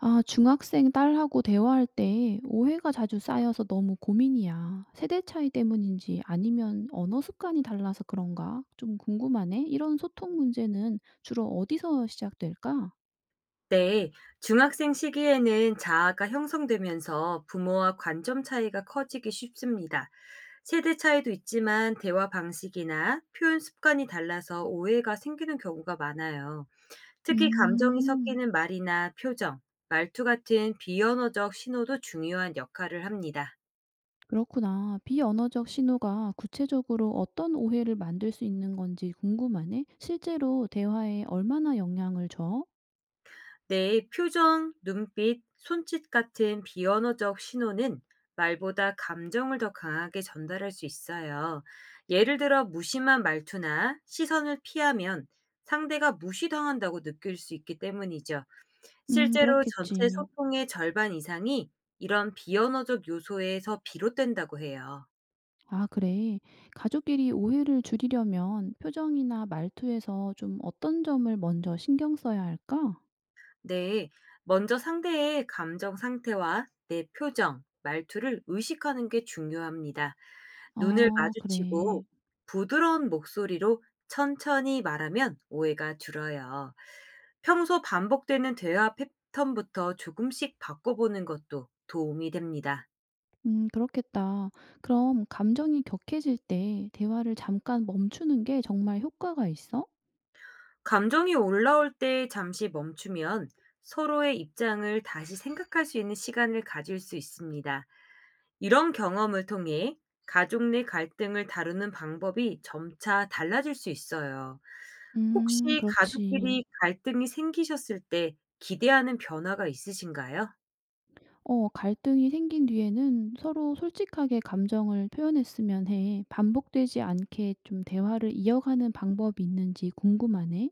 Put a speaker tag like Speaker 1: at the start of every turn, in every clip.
Speaker 1: 아, 중학생 딸하고 대화할 때 오해가 자주 쌓여서 너무 고민이야. 세대 차이 때문인지 아니면 언어 습관이 달라서 그런가? 좀 궁금하네. 이런 소통 문제는 주로 어디서 시작될까?
Speaker 2: 네, 중학생 시기에는 자아가 형성되면서 부모와 관점 차이가 커지기 쉽습니다. 세대 차이도 있지만 대화 방식이나 표현 습관이 달라서 오해가 생기는 경우가 많아요. 특히 감정이
Speaker 1: 음,
Speaker 2: 섞이는 말이나 표정, 말투 같은 비언어적 신호도 중요한 역할을 합니다.
Speaker 1: 그렇구나. 비언어적 신호가 구체적으로 어떤 오해를 만들 수 있는 건지 궁금하네. 실제로 대화에 얼마나 영향을 줘?
Speaker 2: 내 표정, 눈빛, 손짓 같은 비언어적 신호는 말보다 감정을 더 강하게 전달할 수 있어요. 예를 들어 무심한 말투나 시선을 피하면 상대가 무시당한다고 느낄 수 있기 때문이죠. 실제로 전체
Speaker 1: 그렇겠지.
Speaker 2: 소통의 절반 이상이 이런 비언어적 요소에서 비롯된다고 해요.
Speaker 1: 아, 그래. 가족끼리 오해를 줄이려면 표정이나 말투에서 좀 어떤 점을 먼저 신경 써야 할까?
Speaker 2: 네, 먼저 상대의 감정 상태와 내 표정, 말투를 의식하는 게 중요합니다. 눈을
Speaker 1: 어, 그래.
Speaker 2: 마주치고 부드러운 목소리로 천천히 말하면 오해가 줄어요. 평소 반복되는 대화 패턴부터 조금씩 바꿔보는 것도 도움이 됩니다.
Speaker 1: 그렇겠다. 그럼 감정이 격해질 때 대화를 잠깐 멈추는 게 정말 효과가 있어?
Speaker 2: 감정이 올라올 때 잠시 멈추면 서로의 입장을 다시 생각할 수 있는 시간을 가질 수 있습니다. 이런 경험을 통해 가족 내 갈등을 다루는 방법이 점차 달라질 수 있어요. 혹시
Speaker 1: 그렇지.
Speaker 2: 가족끼리 갈등이 생기셨을 때 기대하는 변화가 있으신가요?
Speaker 1: 어, 갈등이 생긴 뒤에는 서로 솔직하게 감정을 표현했으면 해. 반복되지 않게 좀 대화를 이어가는 방법이 있는지 궁금하네.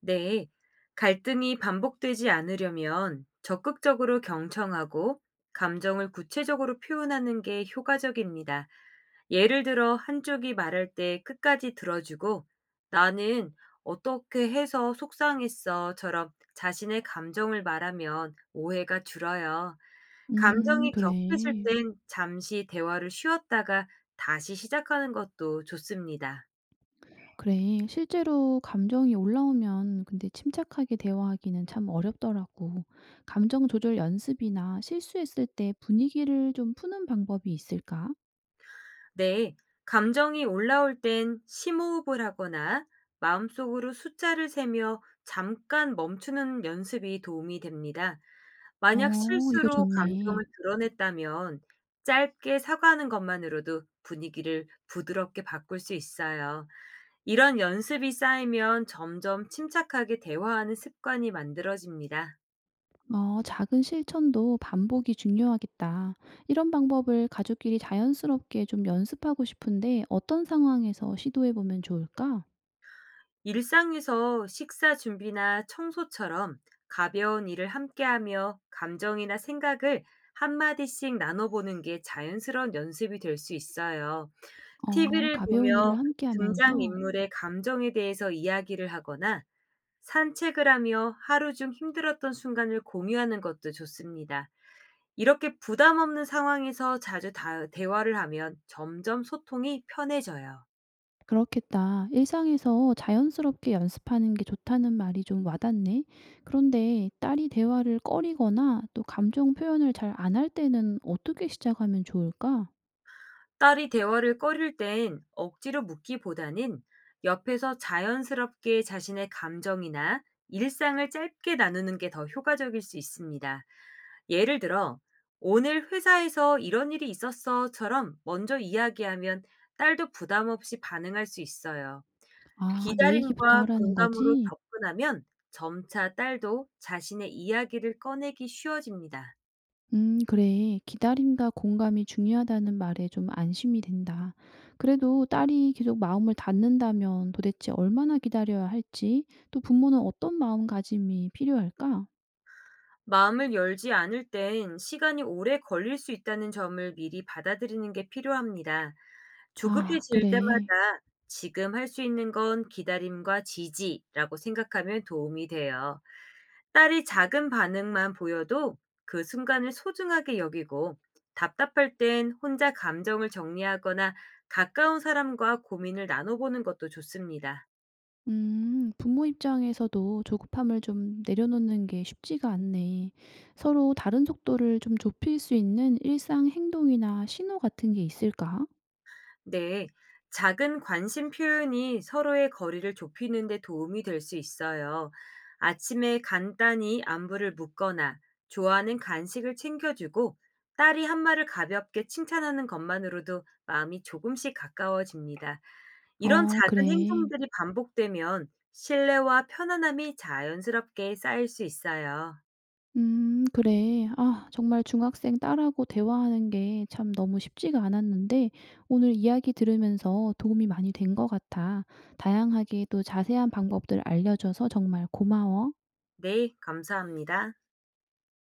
Speaker 2: 네. 갈등이 반복되지 않으려면 적극적으로 경청하고 감정을 구체적으로 표현하는 게 효과적입니다. 예를 들어 한쪽이 말할 때 끝까지 들어주고 나는 어떻게 해서 속상했어처럼 자신의 감정을 말하면 오해가 줄어요. 감정이 격해질
Speaker 1: 그래.
Speaker 2: 땐 잠시 대화를 쉬었다가 다시 시작하는 것도 좋습니다.
Speaker 1: 그래. 실제로 감정이 올라오면 근데 침착하게 대화하기는 참 어렵더라고. 감정 조절 연습이나 실수했을 때 분위기를 좀 푸는 방법이 있을까?
Speaker 2: 네, 감정이 올라올 땐 심호흡을 하거나 마음속으로 숫자를 세며 잠깐 멈추는 연습이 도움이 됩니다. 만약
Speaker 1: 어, 이거
Speaker 2: 실수로
Speaker 1: 좋네.
Speaker 2: 감정을 드러냈다면 짧게 사과하는 것만으로도 분위기를 부드럽게 바꿀 수 있어요. 이런 연습이 쌓이면 점점 침착하게 대화하는 습관이 만들어집니다.
Speaker 1: 어, 작은 실천도 반복이 중요하겠다. 이런 방법을 가족끼리 자연스럽게 좀 연습하고 싶은데 어떤 상황에서 시도해 보면 좋을까?
Speaker 2: 일상에서 식사 준비나 청소처럼 가벼운 일을 함께하며 감정이나 생각을 한마디씩 나눠보는 게 자연스러운 연습이 될 수 있어요.
Speaker 1: 어,
Speaker 2: TV를
Speaker 1: 가벼운
Speaker 2: 보며
Speaker 1: 일을 함께 하면서
Speaker 2: 등장인물의 감정에 대해서 이야기를 하거나 산책을 하며 하루 중 힘들었던 순간을 공유하는 것도 좋습니다. 이렇게 부담 없는 상황에서 자주 대화를 하면 점점 소통이 편해져요.
Speaker 1: 그렇겠다. 일상에서 자연스럽게 연습하는 게 좋다는 말이 좀 와닿네. 그런데 딸이 대화를 꺼리거나 또 감정 표현을 잘 안 할 때는 어떻게 시작하면 좋을까?
Speaker 2: 딸이 대화를 꺼릴 땐 억지로 묻기보다는 옆에서 자연스럽게 자신의 감정이나 일상을 짧게 나누는 게 더 효과적일 수 있습니다. 예를 들어, 오늘 회사에서 이런 일이 있었어처럼 먼저 이야기하면 딸도 부담 없이 반응할 수 있어요.
Speaker 1: 아, 내 얘기부터
Speaker 2: 기다림과
Speaker 1: 하라는
Speaker 2: 공감으로
Speaker 1: 거지?
Speaker 2: 접근하면 점차 딸도 자신의 이야기를 꺼내기 쉬워집니다.
Speaker 1: 그래. 기다림과 공감이 중요하다는 말에 좀 안심이 된다. 그래도 딸이 계속 마음을 닫는다면 도대체 얼마나 기다려야 할지, 또 부모는 어떤 마음가짐이 필요할까?
Speaker 2: 마음을 열지 않을 땐 시간이 오래 걸릴 수 있다는 점을 미리 받아들이는 게 필요합니다. 그래.
Speaker 1: 아,
Speaker 2: 조급해질
Speaker 1: 그래.
Speaker 2: 때마다 지금 할 수 있는 건 기다림과 지지라고 생각하면 도움이 돼요. 딸이 작은 반응만 보여도 그 순간을 소중하게 여기고 답답할 땐 혼자 감정을 정리하거나 가까운 사람과 고민을 나눠보는 것도 좋습니다.
Speaker 1: 부모 입장에서도 조급함을 좀 내려놓는 게 쉽지가 않네. 서로 다른 속도를 좀 좁힐 수 있는 일상 행동이나 신호 같은 게 있을까?
Speaker 2: 네, 작은 관심 표현이 서로의 거리를 좁히는 데 도움이 될 수 있어요. 아침에 간단히 안부를 묻거나 좋아하는 간식을 챙겨주고 딸이 한마를 가볍게 칭찬하는 것만으로도 마음이 조금씩 가까워집니다. 이런
Speaker 1: 어,
Speaker 2: 작은
Speaker 1: 그래.
Speaker 2: 행동들이 반복되면 신뢰와 편안함이 자연스럽게 쌓일 수 있어요.
Speaker 1: 그래. 아, 정말 중학생 딸하고 대화하는 게 참 너무 쉽지가 않았는데, 오늘 이야기 들으면서 도움이 많이 된 것 같아. 다양하게 또 자세한 방법들 알려줘서 정말 고마워.
Speaker 2: 네, 감사합니다.